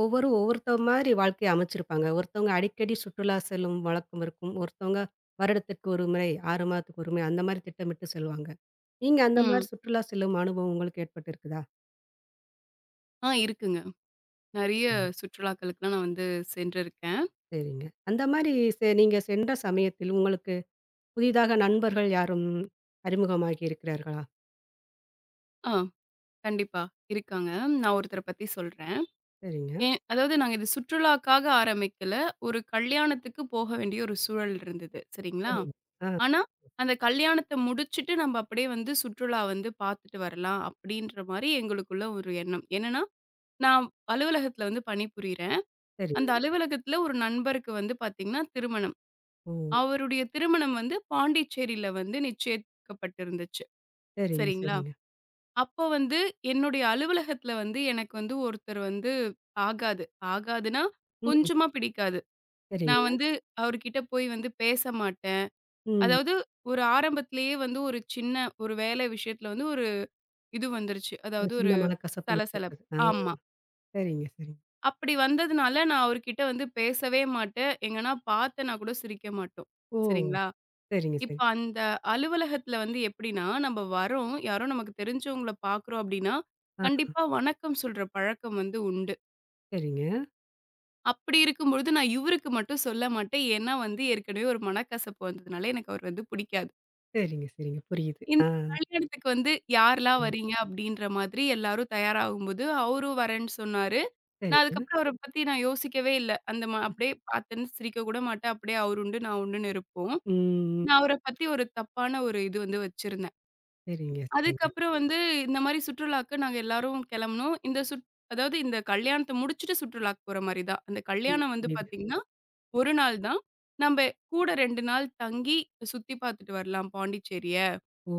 ஒவ்வொருத்தவங்க மாரி வாழ்க்கைய அமைச்சிருப்பாங்க. ஒருத்தவங்க அடிக்கடி சுற்றுலா செல்லும் வழக்கம் இருக்கும். ஒருத்தவங்க வருடத்திற்கு 1 முறை, 6 மாதத்துக்கு 1 முறை அந்த மாரி திட்டமிட்டு செல்வாங்க. நீங்க அந்த மாரி ம். சுற்றுலா செல்லும் அனுபவம் உங்களுக்கு ஏற்பட்டிருக்குதா? ஆ இருக்குங்க. நெறைய சரிங்க. சுற்றுலாக்களுக்குலாம் நான் வந்து சென்றிருக்கேன். சரிங்க. அந்த மாரி நீங்க சென்ற சமயத்தில் உங்களுக்கு புதிதாக நண்பர்கள் யாரும் அறிமுகமாகி இருக்கிறார்களா? ஆ கண்டிப்பா இருக்காங்க. நான் ஒருத்தர பத்தி சொல்றேன். சரிங்க. எ அதாவது நாங்க இது சுற்றுலாக்காக ஆரம்பிக்கல. ஒரு கல்யாணத்துக்கு போக வேண்டிய ஒரு சூழல் இருந்தது. சரிங்களா? சரிங்க. ஆ, ஆனா, அந்த கல்யாணத்த முடிச்சுட்டு நம்ம அப்படியே வந்து சுற்றுலா வந்து பார்த்துட்டு வரலாம் அப்படின்ற மாரி எங்களுக்குள்ள ஒரு எண்ணம். என்னன்னா, நான் அலுவலகத்துல வந்து பணிபுரியிறேன். அந்த சரிங்க. அலுவலகத்துல ஒரு நண்பருக்கு வந்து பார்த்தீங்கன்னா திருமணம். ஓ! அவருடைய திருமணம் வந்து பாண்டிச்சேரியில வந்து நிச்சயிக்கப்பட்டிருந்துச்சு. சரிங்க, சரிங்களா? சரிங்க. அப்போ வந்து என்னுடைய அலுவலகத்தில வந்து எனக்கு வந்து ஒருத்தர் வந்து ஆகாது. ஆகாதுன்னா, ம். கொஞ்சமா பிடிக்காது. நான் சரிங்க. வந்து அவர்கிட்ட போய் வந்து பேச மாட்டேன். ம். அதாவது ஒரு ஆரம்பத்திலேயே வந்து ஒரு வேலை விஷயத்தில வந்து ஒரு இது வந்துருச்சு. ஒரு அதாவது ஒரு சின்ன மனக்கசப்பு சலசலப்பு. ஏற்பட்டது. ஆ. ஆமா. சரிங்க, சரிங்க. அப்படி வந்ததுனால நான் அவர்கிட்ட வந்து பேசவே மாட்டேன். எங்கன்னா பார்த்தேன்னா கூட சிரிக்க மாட்டோம். ஓ! சரிங்களா? சரிங்க, சரி. இப்ப அந்த அலுவலகத்துல வந்து எப்படின்னா, நம்ம வரோம், யாரோ நமக்கு தெரிஞ்சவங்கள பார்க்குறோம் அப்படின்னா, ஆ, கண்டிப்பா வணக்கம் சொல்ற பழக்கம் வந்து உண்டு. சரிங்க. அப்படி இருக்கும்பொழுது நான் இவருக்கு மட்டும் சொல்ல மாட்டேன். ஏன்னா வந்து ஏற்கனவே ஒரு மனக்கசப்பு வந்ததுனால எனக்கு அவர் வந்து பிடிக்காது. சரிங்க, சரிங்க. புரியுது. இந்த ஆ. கல்யாணத்துக்கு வந்து யாரெல்லாம் ம். வரீங்க அப்படின்ற மாதிரி எல்லாரும் தயாராகும்போது, அவரும் வரேன்னு சொன்னாரு. நான் சரிங்க. அதுக்கப்புறம் அவர பத்தி நான் யோசிக்கவே இல்ல. அந்த அப்படியே பார்த்தேன்னு சிரிக்க கூட மாட்டேன். அப்படியே அவர் உண்டு, நான் உண்டுன்னு இருப்போம். ம். நான் அவர பத்தி ஒரு தப்பான ஒரு இது வந்து வச்சிருந்தேன். சரிங்க, சரிங்க. அதுக்கப்புறம் வந்து இந்த மாரி சுற்றுலாக்கு நாங்க எல்லாரும் கிளம்புனோம். இந்த சுற் அதாவது இந்த கல்யாணத்த முடிச்சுட்டு சுற்றுலாக்கு போற மாரி தான். அந்த ம். கல்யாணம் வந்து புரியுது. பார்த்தீங்கன்னா, 1 நாள் தான். நம்ப கூட 2 நாள் தங்கி சுத்தி பார்த்துட்டு வரலாம் பாண்டிச்சேரிய, ஓ!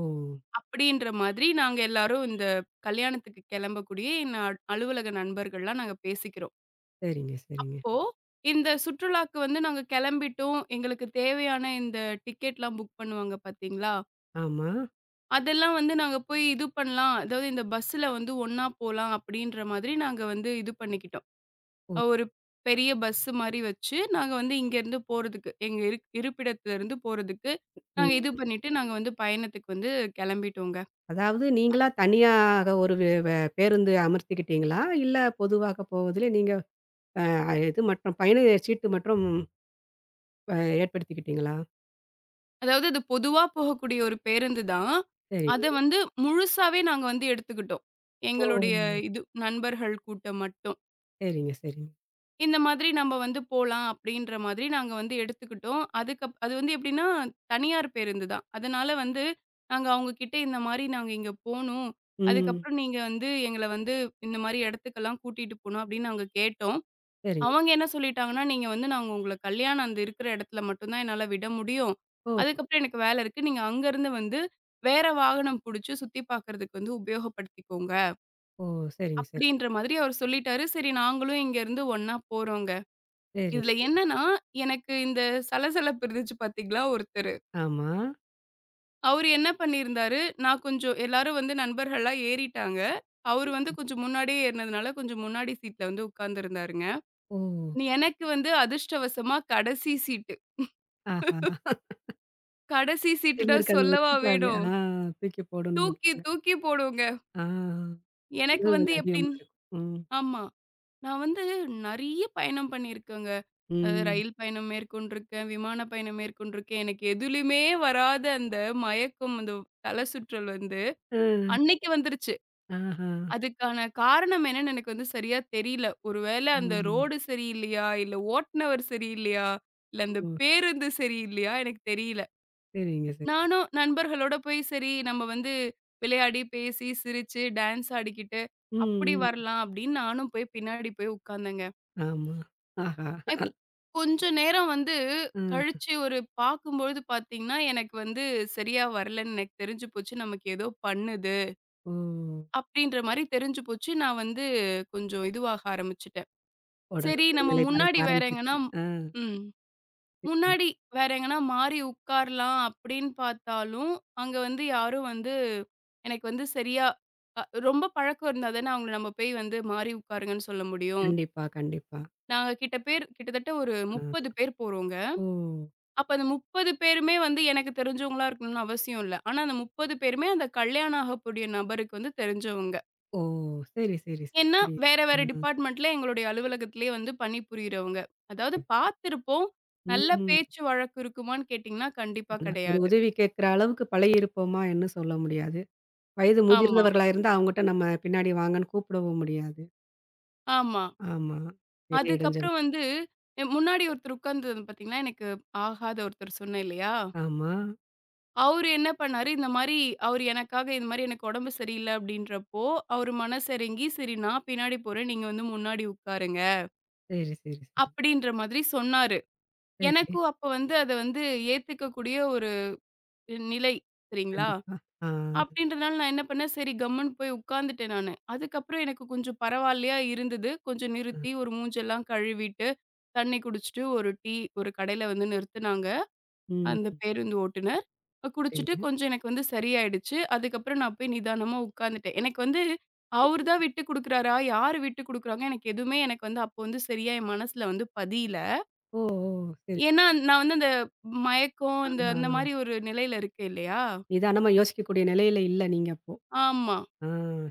அப்படின்ற மாதிரி நாங்க எல்லாரும் இந்த கல்யாணத்துக்கு கிளம்பக்கூடிய என் அலுவலக நண்பர்கள்லாம் நாங்க பேசிக்கிறோம். சரிங்க, சரிங்க. இப்போ இந்த சுற்றுலாக்கு வந்து நாங்க கிளம்பிட்டோம். எங்களுக்கு தேவையான இந்த டிக்கெட்லாம் புக் பண்ணுவாங்க பார்த்தீங்களா? ஆமா. அதெல்லாம் வந்து நாங்க போய் இது பண்ணலாம். அதாவது இந்த பஸ்ஸுல வந்து ஒண்ணா போலாம் அப்படின்ற மாதிரி நாங்க வந்து இது பண்ணிக்கிட்டோம். ஓ! ஒரு பெரிய பஸ் மாரி வச்சு, நாங்க வந்து இங்கேருந்து போறதுக்கு, எங்க இருக் இருப்பிடத்திலிருந்து போறதுக்கு, நாங்க ம். இது பண்ணிட்டு நாங்க வந்து பயணத்துக்கு வந்து கிளம்பிட்டோங்க. அதாவது நீங்களா தனியாக ஒரு வே வே பேருந்து அமர்த்திக்கிட்டீங்களா? இல்ல பொதுவாக போவதிலே நீங்க அ இது மற்றும் பயண சீட்டு மற்றும் அ ஏற்படுத்திக்கிட்டீங்களா? அதாவது அது பொதுவா போகக்கூடிய ஒரு பேருந்து தான். அத சரிங்க. வந்து முழுசாவே நாங்க வந்து எடுத்துக்கிட்டோம். ஓ! எங்களுடைய இது நண்பர்கள் கூட்டம் மட்டும். சரிங்க, சரிங்க. இந்த மாதிரி நம்ம வந்து போலாம் அப்படின்ற மாதிரி நாங்க வந்து எடுத்துக்கிட்டோம். அது வந்து எப்படின்னா, தனியார் பேருந்து தான். அதனால வந்து நாங்க அவங்க கிட்ட இந்த மாரி நாங்க இங்க போணும். ம். அதுக்கப்புறம் நீங்க வந்து எங்கள வந்து இந்த மாரி இடத்துக்கெல்லாம் கூட்டிட்டு போணும் அப்படின்னு நாங்க கேட்டோம். சரிங்க. அவங்க என்ன சொல்லிட்டாங்கன்னா, நீங்க வந்து நாங்க உங்கள கல்யாணம் அந்த இருக்கிற இடத்துல மட்டும் தான் என்னால விட முடியும். ஓ! அதுக்கப்புறம் எனக்கு வேலை இருக்கு. நீங்க அங்கருந்து வந்து வேற வாகனம் புடிச்சு சுத்தி பார்க்கறதுக்கு வந்து உபயோகப்படுத்திக்கோங்க. ஓ! சரிங்க, சரி. அப்படின்ற மாதிரி அவர் சொல்லிட்டாரு. சரி நாங்களும் இங்கருந்து ஒண்ணா போறோங்க. இதுல சரிங்க. என்னன்னா, எனக்கு இந்த சலசலப்பு இருந்துச்சு பாத்தீங்களா ஒருத்தரு. ஆமா. அவரு என்ன பண்ணியிருந்தாரு, நான் கொஞ்சம் எல்லாரும் வந்து நண்பர்கள்லா ஏறிட்டாங்க. அவரு வந்து கொஞ்சம் முன்னாடியே ஏறுனதுனால, கொஞ்சம் முன்னாடி சீட்ல வந்து உட்கார்ந்திருந்தாருங்க. ஓ! எனக்கு வந்து அதிர்ஷ்டவசமா கடைசி சீட்டு. ஆஹா! கடைசி சீட்டுடா சிலருக்கு அது சொல்லவா ஒத்துக்காது. வேணும். ஆ. தூக்கி போடணும்னு. தூக்கி தூக்கி போடுங்க. ஆ. எனக்கு உடல் வலி வந்து அதிகமா எப்படின் இருக்கும். ம். ஆமா. நான் வந்து நெறைய பயணம் பண்ணியிருக்கேங்க. அது ம். ரயில் பயணம் மேற்கொண்டிருக்கேன், விமான பயணம் மேற்கொண்டிருக்கேன். எனக்கு எதுலயுமே வராத அந்த மயக்கம், அந்த தலை சுற்றல் வந்து அ. அன்னைக்கு வந்துருச்சு. ஆஹா. அதுக்கான காரணம் என்னன்னு எனக்கு வந்து சரியா தெரியல. ஒருவேளை அந்த ம். ரோடு சரியில்லையா? இல்ல ஓட்டுனவர் சரியில்லையா? இல்ல அந்த ஓ! பேருந்து சரியில்லையா? எனக்கு தெரியல. சரிங்க, சரி. நானும் நண்பர்களோட போய் சரி நம்ம வந்து விளையாடி, பேசி, சிரிச்சு, டான்ஸ் ஆடிக்கிட்டு அப்படி ம், ம். வரலாம் அப்படின்னு நானும் போய் பின்னாடி போய் உட்கார்ந்தேங்க. ஆமா. ஆஹா. கொஞ்ச நேரம் வந்து ம். கழிச்சு ஒரு பார்க்கும்பொழுது பார்த்தீங்கன்னா, எனக்கு வந்து சரியா வரலன்னு எனக்கு தெரிஞ்சு போச்சு. நமக்கு ஏதோ பண்ணுது, ஓ! அப்டின்ற மாரி தெரிஞ்சு போச்சு. நான் வந்து கொஞ்சம் இதுவாக ஆரம்பிச்சுட்டேன். உடல் சரி நம்ம உடல்நிலை பாதிக்க முன்னாடி வேற எங்கன்னா ஆரம்பிச்சிருச்சு. ஆ. ம். சரி. முன்னாடி வேற எங்கன்னா மாறி உட்காரலாம் அப்டின்னு பார்த்தாலும், அங்க வந்து யாரும் வந்து எனக்கு வந்து சரியா அ ரொம்ப பழக்கம் இருந்தா தானே அவங்கள நம்ம போய் வந்து மாறி உட்காருங்கன்னு சொல்ல முடியும். கண்டிப்பா, கண்டிப்பா. நாங்க கிட்ட பேர் கிட்டத்தட்ட ஒரு ஆ. 30 பேர் போறோங்க. ஓ! அப்ப அந்த 30 பேருமே வந்து எனக்கு தெரிஞ்சவங்களா இருக்கணும்னு அவசியம் இல்ல. ஆனா அந்த 30 பேருமே அந்த கல்யாணம் ஆகக்கூடிய நபருக்கு வந்து தெரிஞ்சவங்க. ஓ! சரி, சரி. ஏன்னா, புரியுது. வேற வேற ஆ. டிபார்ட்மெண்ட்ல எங்களுடைய அலுவலகத்திலேயே வந்து பணிபுரியறவங்க. அதாவது புரியுது. பார்த்திருப்போம். நல்ல ம். பேச்சு வழக்கு இருக்குமான்னு கேட்டீங்கன்னா, கண்டிப்பா ஆனா, ஒரு கிடையாது. உதவி கேட்கிற அளவுக்கு பழகியிருப்போமா என்ன சொல்ல முடியாது. வயது ஆமா, முதிர்ந்தவர்களா இருந்தா அவங்கட்ட நம்ம பின்னாடி வாங்கன்னு கூப்பிடவும் முடியாது. ஆமா. ஆமா. பெரிய இடைஞ்சல். அதுக்கப்புறம் வந்து, முன்னாடி ஒருத்தர் உட்கார்ந்தது பார்த்தீங்கன்னா, எனக்கு ஆகாத ஒருத்தர் சொன்னேன் இல்லையா? ஆமா. அவரு என்ன பண்ணாரு, இந்த மாரி அவரு எனக்காக இந்த மாரி எனக்கு உடம்பு சரியில்ல அப்படின்றப்போ, அவரு மனசிறங்கி, "சரி நான் பின்னாடி போறேன். நீங்க வந்து முன்னாடி உட்காருங்க." சரி, சரி, சரி. அப்படின்ற மாதிரி சொன்னாரு. சரி. எனக்கும் அப்ப வந்து அத வந்து ஏத்துக்கக்கூடிய ஒரு நிலை. சரிங்களா? கண்டிப்பா. ஆ. அப்படின்றதுனால நான் என்ன பண்ணேன், சரி கம்முன்னு போய் உட்கார்ந்துட்டேன் நானு. அதுக்கப்புறம் எனக்கு கொஞ்சம் பரவாயில்லையா இருந்தது. கொஞ்சம் ஆ. நிறுத்தி ஒரு மூஞ்செல்லாம் கழுவிட்டு, தண்ணி குடிச்சுட்டு, ஒரு டீ ஒரு கடையில வந்து நிறுத்துனாங்க. ம். அந்த பேருந்து ஓட்டுநர். குடிச்சிட்டு சரிங்க. கொஞ்சம் எனக்கு வந்து சரியாயிடுச்சு. அதுக்கப்புறம் நான் போய் நிதானமா உட்காந்துட்டேன். எனக்கு வந்து அவரு தான் விட்டு குடுக்குறாரா? யாரு விட்டு குடுக்குறாங்க? எனக்கு எதுவுமே எனக்கு வந்து அப்போ வந்து சரியா என் மனசுல வந்து பதியல. ஓ! ஓ! சரி. ஏன்னா, நான் வந்து அந்த மயக்கம் இந்த அந்த மாரி ஆ. ஒரு நிலையில இருக்கேன் இல்லையா? நிதானமா யோசிக்கக்கூடிய நிலையில இல்ல நீங்க அப்போ. ஆமா. ஆ,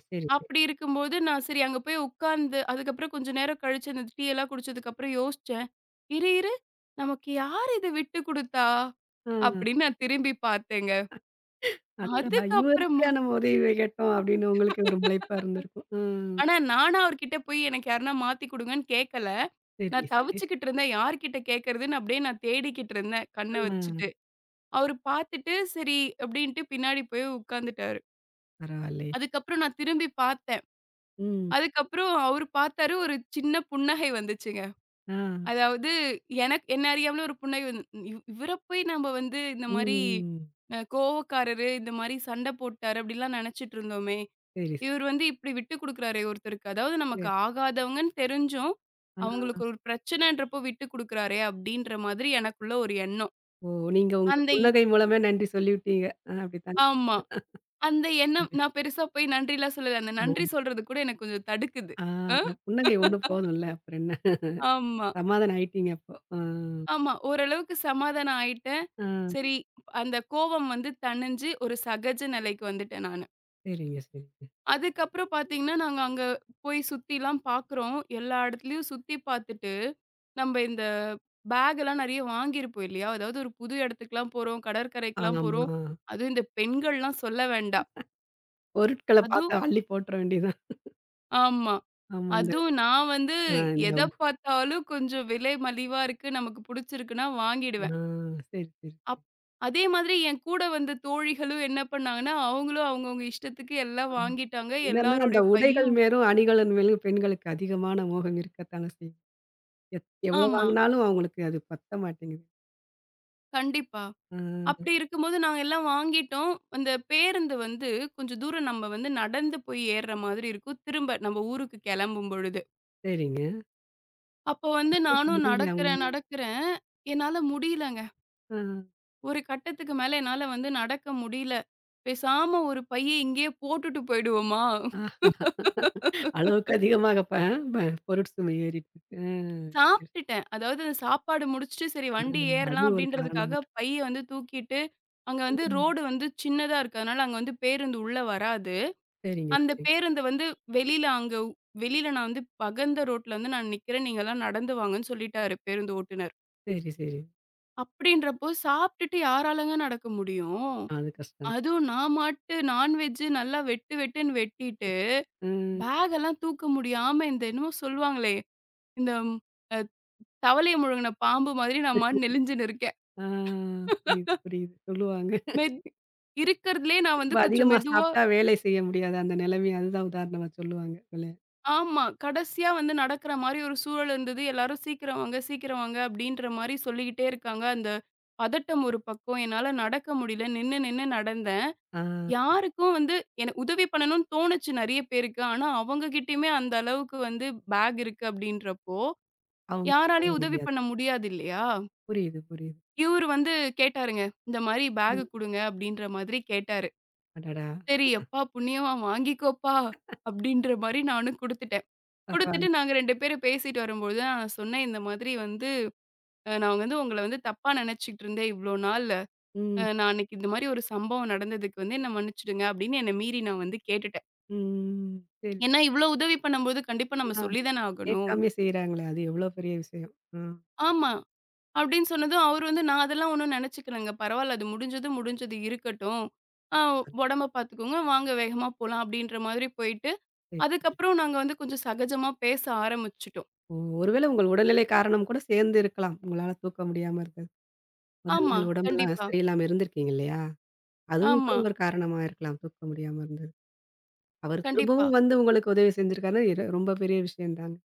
சரி, சரி. அப்படி இருக்கும்போது நான் சரி அங்க போய் உட்கார்ந்து அதுக்கப்புறம் கொஞ்சம் நேரம் கழிச்சு அந்த டீ எல்லாம் குடிச்சதுக்கப்புறம் யோசிச்சேன். "இரு, இரு நமக்கு யார் இத விட்டு குடுத்தா?" ஆ. அப்படின்னு நான் திரும்பி பார்த்தேங்க. அடடா! இவருக்கே அதுக்கப்புறமா நம்ம உதவி கேட்டோம் அப்படின்னு உங்களுக்கு ஒரு முளைப்பா இருந்திருக்கும். ம். ஆனா, நானா அவர்கிட்ட போய் எனக்கு யாருன்னா மாத்தி குடுங்கன்னு கேட்கல. சரி, நான் சரி. தவிச்சுக்கிட்டு இருந்தேன். யார்கிட்ட கேட்கறதுன்னு அப்படியே நான் தேடிக்கிட்டு இருந்தேன், கண்ண ஆ. வச்சுட்டு. அவரு பார்த்துட்டு, சரி அப்படின்ட்டு பின்னாடி போய் உட்காந்துட்டாரு. பரவாயில்லையே. அதுக்கப்புறம் நான் திரும்பி பார்த்தேன். ம். அதுக்கப்புறம் அவரு பார்த்தாரு. ஒரு சின்ன புன்னகை வந்துச்சுங்க. ஆ. அதாவது எனக்கு என்ன அறியாமலே ஒரு புன்னகை வந்து, இவர போய் நம்ம வந்து இந்த மாரி ம். கோவக்காரரு, இந்த மாரி சண்ட போட்டாரு அப்படிலாம் நெனச்சுட்டு இருந்தோமே. சரி, இவர் வந்து இப்படி விட்டு குடுக்குறாரே ஒருத்தருக்கு. அதாவது சரி. நமக்கு ஆகாதவங்கன்னு தெரிஞ்சும், ஆ. அவங்களுக்கு ஒரு பிரச்சனன்றப்போ விட்டு குடுக்குறாரே அப்படின்ற மாதிரி எனக்குள்ள ஒரு எண்ணம். ஓ! நீங்க உங்க அந்த இ புன்னகை மூலமே நன்றி சொல்லிவிட்டீங்க. ஆ, அப்படித்தானே? ஆமா. அந்த எண்ணம் நான் பெருசா போய் நன்றிலாம் சொல்லல. அந்த நன்றி ஆ. சொல்றது கூட எனக்கு கொஞ்சம் தடுக்குது. ஆ, அ அந்த புன்னகை ஒண்ணு போதும்ல. அப்புறம் என்ன? ஆமா. சமாதானம் ஆயிட்டீங்க அப்போ. ஆ, ஆமா. ஓரளவுக்கு சமாதானம் ஆயிட்டேன். ஆ. சரி, அந்த கோவம் வந்து தணிஞ்சு ஒரு சகஜ நிலைக்கு வந்துட்டேன் நானு. சரிங்க, சரிங்க. அதுக்கப்புறம் பார்த்தீங்கன்னா, நாங்க அங்க போய் சுத்திலாம் பார்க்குறோம். எல்லா இடத்துலயும் சுத்தி பார்த்துட்டு, நம்ப இந்த பேகெல்லாம் நெறைய வாங்கியிருப்போம் இல்லையா? அதாவது ஒரு புது இடத்துக்குலாம் போறோம், கடற்கரைக்குலாம் ஆமா. போறோம். அதுவும் இந்த பெண்கள்லாம் சொல்ல வேண்டாம். பொருட்கள பாத்து அதுவும் அள்ளி போட்டுற வேண்டியதுதான். ஆமா. ஆமா, இந்த அதுவும் நான் வந்து ஆ இந்த எத பார்த்தாலும் கொஞ்சம் விலை மலிவா இருக்கு, நமக்கு புடிச்சிருக்குன்னா ஆ, வாங்கிடுவேன். சரி, சரி. அப் அதே மாதிரி என் கூட வந்த தோழிகளும் என்ன பண்ணாங்கன்னா, அவங்களும் அவங்கவங்க இஷ்டத்துக்கு எல்லாம் ஆமா. வாங்கிட்டாங்க. என்னன்னா அந்த எல்லாருடைய உடைகள் பையும் மேலும், அணிகலன் மேலும் பெண்களுக்கு அதிகமான மோகம் இருக்கத்தானே செய்யும். எவ்வளோ ஆமா. வாங்கினாலும் அவங்களுக்கு அது பத்த மாட்டேங்குது. கண்டிப்பா. ஆ, அப்படி இருக்கும்போது நாங்க எல்லாம் வாங்கிட்டோம். அந்த பேருந்து வந்து கொஞ்சம் தூரம் நம்ம வந்து நடந்து போய் ஏறுற மாதிரி இருக்கும். திரும்ப நம்ம ஊருக்கு கெளம்பும் பொழுது. சரிங்க. அப்போ வந்து தூக்க நானும் முடியல நடக்கிறேன், அவங்களால. நடக்கிறேன். என்னால முடியலங்க. ஆ, ஒரு கட்டத்துக்கு மேல என்னால வந்து நடக்க முடியல. பேசாம ஒரு பைய இங்கேயே போட்டுட்டு போயிடுவோமா? ஆ, அளவுக்கு அதிகமாக ப ப பொருட்சுமை ஏறிட்டுருக்கு. ஆ, சரி. சாப்ட்டுட்டேன். அதாவது சாப்பாடு முடிச்சுட்டு சரி ஆ, வண்டி அது ஏறலாம் ஒரு காரணமா அப்டின்றதுக்காக பைய வந்து தூக்கிட்டு, அங்க வந்து இருக்கும். ம். ரோடு வந்து சின்னதா இருக்கதுனால அங்க வந்து பேருந்து உள்ள வராது. சரிங்க, அந்த சரி. பேருந்து வந்து வெளியில அங்க உ- வெளியில நான் வந்து பகந்த ரோட்ல வந்து நான் நிக்கிறேன். நீங்கலாம் நடந்து வாங்கன்னு சொல்லிட்டாரு பேருந்து ஓட்டுநர். சரி, சரி. அப்டின்றப்போ சாப்ட்டுட்டு யாராலங்க நடக்க முடியும்? ஆ, அது கஷ்டம் தான். அதுவும் நான் மாட்டு நான்வெஜ் நல்லா வெட்டு வெட்டுன்னு வெட்டிட்டு, ம். பேக் எல்லாம் தூக்க முடியாம இந்த என்னமோ சொல்லுவாங்களே, இந்த அ தவளைய முழுங்குன பாம்பு மாதிரி நான் மாட்டுனு நெளிஞ்சுன்னு இருக்கேன். ஆ, புரியுது, புரியுது. சொல்லுவாங்க. மெத் இருக்கிறதுலயே நான் ரொம்ப வந்து கொஞ்சம் அதிகமா மெதுவா சாப்பிட்டா வேலை செய்ய முடியாது. அந்த நிலைமை அதுதான் உதாரணமா சொல்லுவாங்க போல. ஆமா. கடைசியா வந்து நடக்கிற மாரி ஒரு சூழல் இருந்தது. எல்லாரும் சீக்கிரம் வாங்க, சீக்கிரம் வாங்க அப்படின்ற மாரி சொல்லிக்கிட்டே இருக்காங்க. அந்த பதட்டம் ஒரு பக்கம். என்னால நடக்க முடியல. நின்னு நின்னு நடந்தேன். ஆ, யாருக்கும் வந்து எனக்கு உதவி பண்ணணும்னு தோணுச்சு நெறைய பேருக்கு. ஆனா, அவங்க கிட்டயுமே அந்த அளவுக்கு வந்து பேக் இருக்கு அப்படின்றப்போ, அவங்க பண்ண யாராலயும் உதவி முடியாது. பண்ண முடியாது இல்லையா? புரியுது, புரியுது. இவரு வந்து கேட்டாருங்க. இந்த மாரி ம். பேக் குடுங்க அப்படின்ற மாதிரி கேட்டாரு. அடடா! சரி, "எப்பா புண்ணியவான் வாங்கிக்கோப்பா" அப்படின்ற மாரி நானும் குடுத்துட்டேன். குடுத்துட்டு பரவால்ல. நாங்க 2 பேரும் பேசிட்டு வரும்பொழுது நான் சொன்னேன், "இந்த மாதிரி வந்து நான் வந்து உங்கள வந்து தப்பா நினைச்சுக்கிட்டு இருந்தேன் இவ்ளோ நாளு. ம். நான் அன்னைக்கு இந்த மாரி ஒரு சம்பவம் நடந்ததுக்கு வந்து என்ன மன்னிச்சுடுங்க" அப்படின்னு என்ன மீறி நான் வந்து கேட்டுட்டேன். ம். சரி. ஏன்னா, இவ்ளோ உதவி பண்ணும்போது கண்டிப்பா நம்ம ஆ, சொல்லி தானே ஆகணும். கேட்காமயே செய்றாங்களே! அது எவ்வளோ பெரிய விஷயம். ஆ, "ஆமா" அப்படின்னு சொன்னதும் அவரு வந்து, "நான் அதெல்லாம் ஒண்ணும் நினைச்சுக்கலங்க. பரவால்ல அது முடிஞ்சது முடிஞ்சது இருக்கட்டும். அ உடம்ப பார்த்துக்கோங்க. வாங்க வேகமா போலாம்" அப்படின்ற மாதிரி போயிட்டு சரி, சரி. அதுக்கப்புறம் நாங்க வந்து கொஞ்சம் சகஜமா பேச ஆரம்பிச்சுட்டோம். ஓ! ஒருவேளை உங்கள் உடல்நிலை காரணம் கூட சேர்ந்து இருக்கலாம். உங்களால தூக்க முடியாம இருந்தது. முதல் ஆமா, நாள் உடம்பெல்லாம் கண்டிப்பா. சரியில்லாம இருந்திருக்கீங்க இல்லையா? அதுவும் கூட ஆமா, ஒரு காரணமா இருக்கலாம். தூக்க முடியாம இருந்தது. அவர் கண்டிப்பா. திரும்பவும் வந்து உங்களுக்கு உதவி செஞ்சிருக்காருன்னா, ரொம்ப பெரிய விஷயம் தாங்க.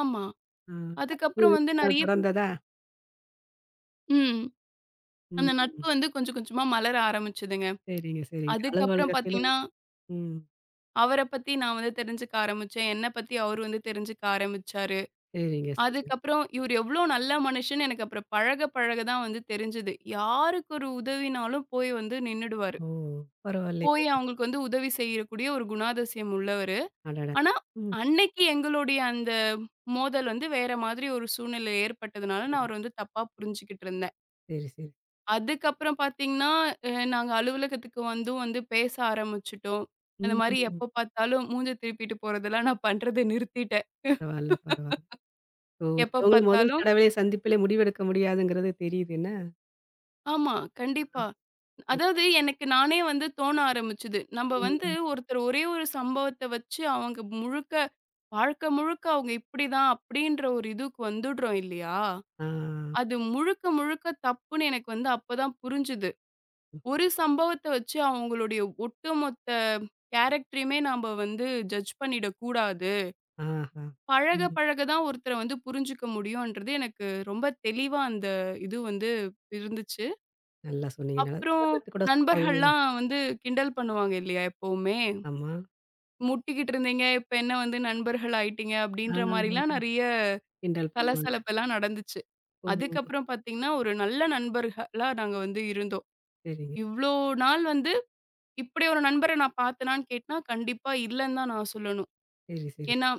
ஆமா. ஆ. நட்பு அதுக்கப்புறம் வந்து இதெல்லாம் நெறைய தொடர்ந்ததா? ம். ம். அந்த நட்பு வந்து கொஞ்சம் கொஞ்சமா மலர ஆரம்பிச்சதுங்க. சரிங்க, சரிங்க. அதுக்கப்புறம் அலுவலகத்திலும் பார்த்தீங்கன்னா, ம். அவர பத்தி நான் வந்து தெரிஞ்சுக்க ஆரம்பிச்சேன். என்ன பத்தி அவரு வந்து தெரிஞ்சுக்க ஆரம்பிச்சாரு. சரிங்க, சரிங்க. அதுக்கப்புறம் இவரு எவ்ளோ நல்ல மனுஷன்னு எனக்கு அப்புறம் பழக பழக தான் வந்து தெரிஞ்சது. யாருக்கு ஒரு உதவினாலும் போய் வந்து நின்னுடுவாரு. ஓ! பரவாயில்லையே! போய் அவங்களுக்கு வந்து உதவி செய்யக்கூடிய ஒரு குணாதிசயம் உள்ளவர். அடடா! ஆனா, ம். அன்னைக்கு எங்களுடைய அந்த மோதல் வந்து வேற மாதிரி ஒரு சூழ்நிலை ஏற்பட்டதுனால, நான் அவர வந்து தப்பா புரிஞ்சுகிட்டு இருந்தேன். சரி, சரி. அதுக்கப்புறம் பார்த்தீங்கன்னா, நாங்க அலுவலகத்துக்கு வந்தும் வந்து பேச ஆரம்பிச்சுட்டோம். அந்த ம். மாரி ம். எப்ப பார்த்தாலும் மூஞ்ச திருப்பிட்டு போறதெல்லாம் நான் பண்றத நிறுத்திட்டேன். பரவால்ல, பரவால்ல. ஸோ எப்ப ஒருத்தவங்கள முதல் பார்த்தாலும் தடவை சந்திப்பிலே முடிவெடுக்க முடியாதுங்கிறது தெரியுது என்ன? ஆமா, ஆ, கண்டிப்பா. சரி. அதாவது எனக்கு நானே வந்து தோண ஆரம்பிச்சது. நம்ப வந்து ம். ஒருத்தர் ஒரே ஒரு சம்பவத்த வச்சு அவங்க முழுக்க வாழ்க்க முழுக்க அவங்க இப்படிதான் அப்படின்ற ஒரு இதுக்கு வந்துடுறோம் இல்லையா? ஆ. அது முழுக்க, முழுக்க தப்புன்னு எனக்கு வந்து அப்பதான் புரிஞ்சுது. ஒரு சம்பவத்த வச்சு அவங்களுடைய ஒட்டுமொத்த கேரக்டரையுமே நாம வந்து ஜட்ஜ் பண்ணிடக்கூடாது. ஆஹா! பழக, ம். பழக தான் ஒருத்தர வந்து புரிஞ்சுக்க முடியும்ன்றது எனக்கு ரொம்ப தெளிவா அந்த இது வந்து இருந்துச்சு. நல்லா சொன்னீங்க. நல்லா அப்புறம் உதாரணத்துக்கு கூட சொல்லுவாங்கல்ல. நண்பர்கள்லாம் வந்து கிண்டல் பண்ணுவாங்க இல்லையா எப்பவுமே. ஆமா. முட்டிக்கிட்டு இருந்தீங்க, இப்ப என்ன வந்து நண்பர்கள் ஆயிட்டீங்க ஆ. அப்படின்ற மாரிலாம் நெறைய கிண்டல் பண்ணுவாங்க. சலசலப்பெல்லாம் நடந்துச்சு. ஓ! அதுக்கப்புறம் பார்த்தீங்கன்னா, ஒரு நல்ல நண்பர்களா நாங்க வந்து இருந்தோம். சரிங்க. இவ்ளோ நாள் வந்து இப்படி ஒரு நண்பர நான் பார்த்தனான்னு கேட்டா, கண்டிப்பா இல்லன்னு தான் நான் சொல்லணும். சரி, சரி. ஏன்னா,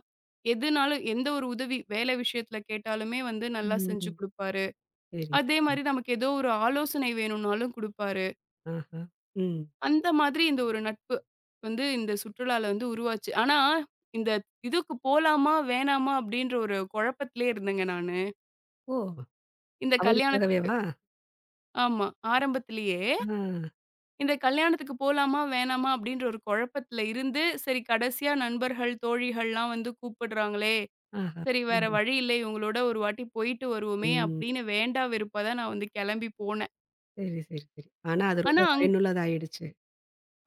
எதுனாலும் எந்த ஒரு உதவி வேலை விஷயத்துல கேட்டாலுமே வந்து நல்லா செஞ்சு ம். குடுப்பாரு. சரிங்க. அதே சரி. மாரி நமக்கு ஏதோ ஒரு ஆலோசனை வேணும்னாலும் குடுப்பாரு. ஆஹா. ம். அந்த மாதிரி இந்த ஒரு நட்பு வந்து இந்த சுற்றுலால வந்து உருவாச்சு. ஆனா, இந்த இதுக்கு போலாமா? வேணாமா? அப்படின்ற ஒரு குழப்பத்திலேயே இருந்தேங்க நானு. ஓ! இந்த கல்யாணத்துக்கு. அவருக்காகவேவா? ஆமா. ஆரம்பத்திலேயே. ஆ. இந்த கல்யாணத்துக்கு போலாமா? வேணாமா? அப்படின்ற ஒரு குழப்பத்துல இருந்து, சரி கடைசியா நண்பர்கள், தோழிகள்லாம் வந்து கூப்பிடுறாங்களே! ஆஹா. சரி வேற ம். வழி இல்லை. இவங்களோட ஒரு வாட்டி போயிட்டு வருவோமே! ம். அப்படின்னு வேண்டா வெறுப்பா தான் நான் வந்து கிளம்பி போனேன். சரி, சரி, சரி. ஆனா அது ரொம்ப ஆனா அங் பயனுள்ளதா ஆயிடுச்சு.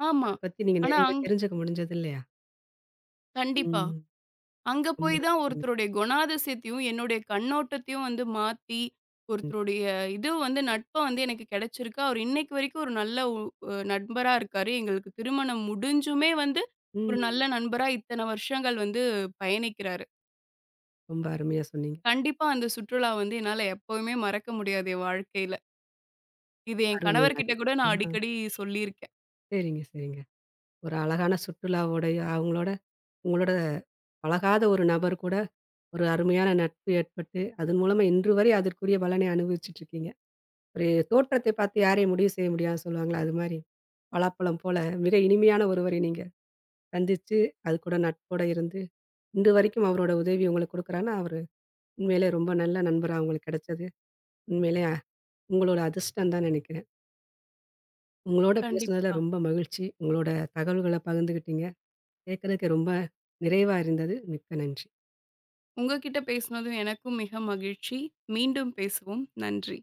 ஆமா. அத பத்தி நீங்க ஆனா நெறையவே அங் தெரிஞ்சுக்க முடிஞ்சது இல்லையா? கண்டிப்பா. ம். அங்க ரொம்ப போய் நல்லா தான் சொன்னீங்க. ஒருத்தருடைய குணாதிசயத்தையும், என்னுடைய கண்ணோட்டத்தையும் வந்து மாத்தி, ம். ஒருத்தருடைய இது வந்து நட்பா வந்து எனக்கு கிடைச்சிருக்கு. அவரு இன்னைக்கு வரைக்கும் ஒரு நல்ல உ அ நண்பரா இருக்காரு. எங்களுக்கு திருமணம் முடிஞ்சுமே வந்து ம். ஒரு நல்ல நண்பரா இத்தன வருஷங்கள் வந்து பயணிக்கிறாரு. ரொம்ப அருமையா சொன்னீங்க. கண்டிப்பா அந்த சுற்றுலா வந்து என்னால எப்பவுமே மறக்க முடியாது என் வாழ்க்கையில. இது என் அருமை, கணவர்கிட்ட அருமை. கூட நான் ஆ. அடிக்கடி சொல்லியிருக்கேன். சரிங்க, சரிங்க. ஒரு அழகான சுற்றுலாவோடய அவங்களோட உங்களோட பழகாத ஒரு நபர் கூட ஒரு அருமையான நட்பு ஏற்பட்டு, அதன் மூலமா இன்று வரை அதற்குரிய பலனை அனுபவிச்சுட்டு இருக்கீங்க. ஒரு தோற்றத்தை பார்த்து யாரையும் முடிவு செய்ய முடியாதுன்னு சொல்லுவாங்கல்ல, அது மாரி. பலாப்பழம் போல மிக இனிமையான ஒருவரை நீங்க சந்திச்சு, அது கூட நட்போட இருந்து, இன்று வரைக்கும் அவரோட உதவி உங்களுக்கு குடுக்குறான்னா, அவரு உண்மையிலே ரொம்ப நல்ல நண்பரா உங்களுக்கு கிடைச்சது. உண்மையிலே உங்களோட அதிர்ஷ்டம் தான் நெனைக்கிறேன். உங்களோட பேசுனதுல கண்டிப்பா. ரொம்ப மகிழ்ச்சி. உங்களோட தகவல்கள பகிர்ந்துக்கிட்டீங்க. கேட்கறதுக்கே ரொம்ப நிறைவா இருந்தது. மிக்க நன்றி. உங்ககிட்ட பேசினதும் எனக்கும் மிக மகிழ்ச்சி. மீண்டும் பேசுவோம். நன்றி.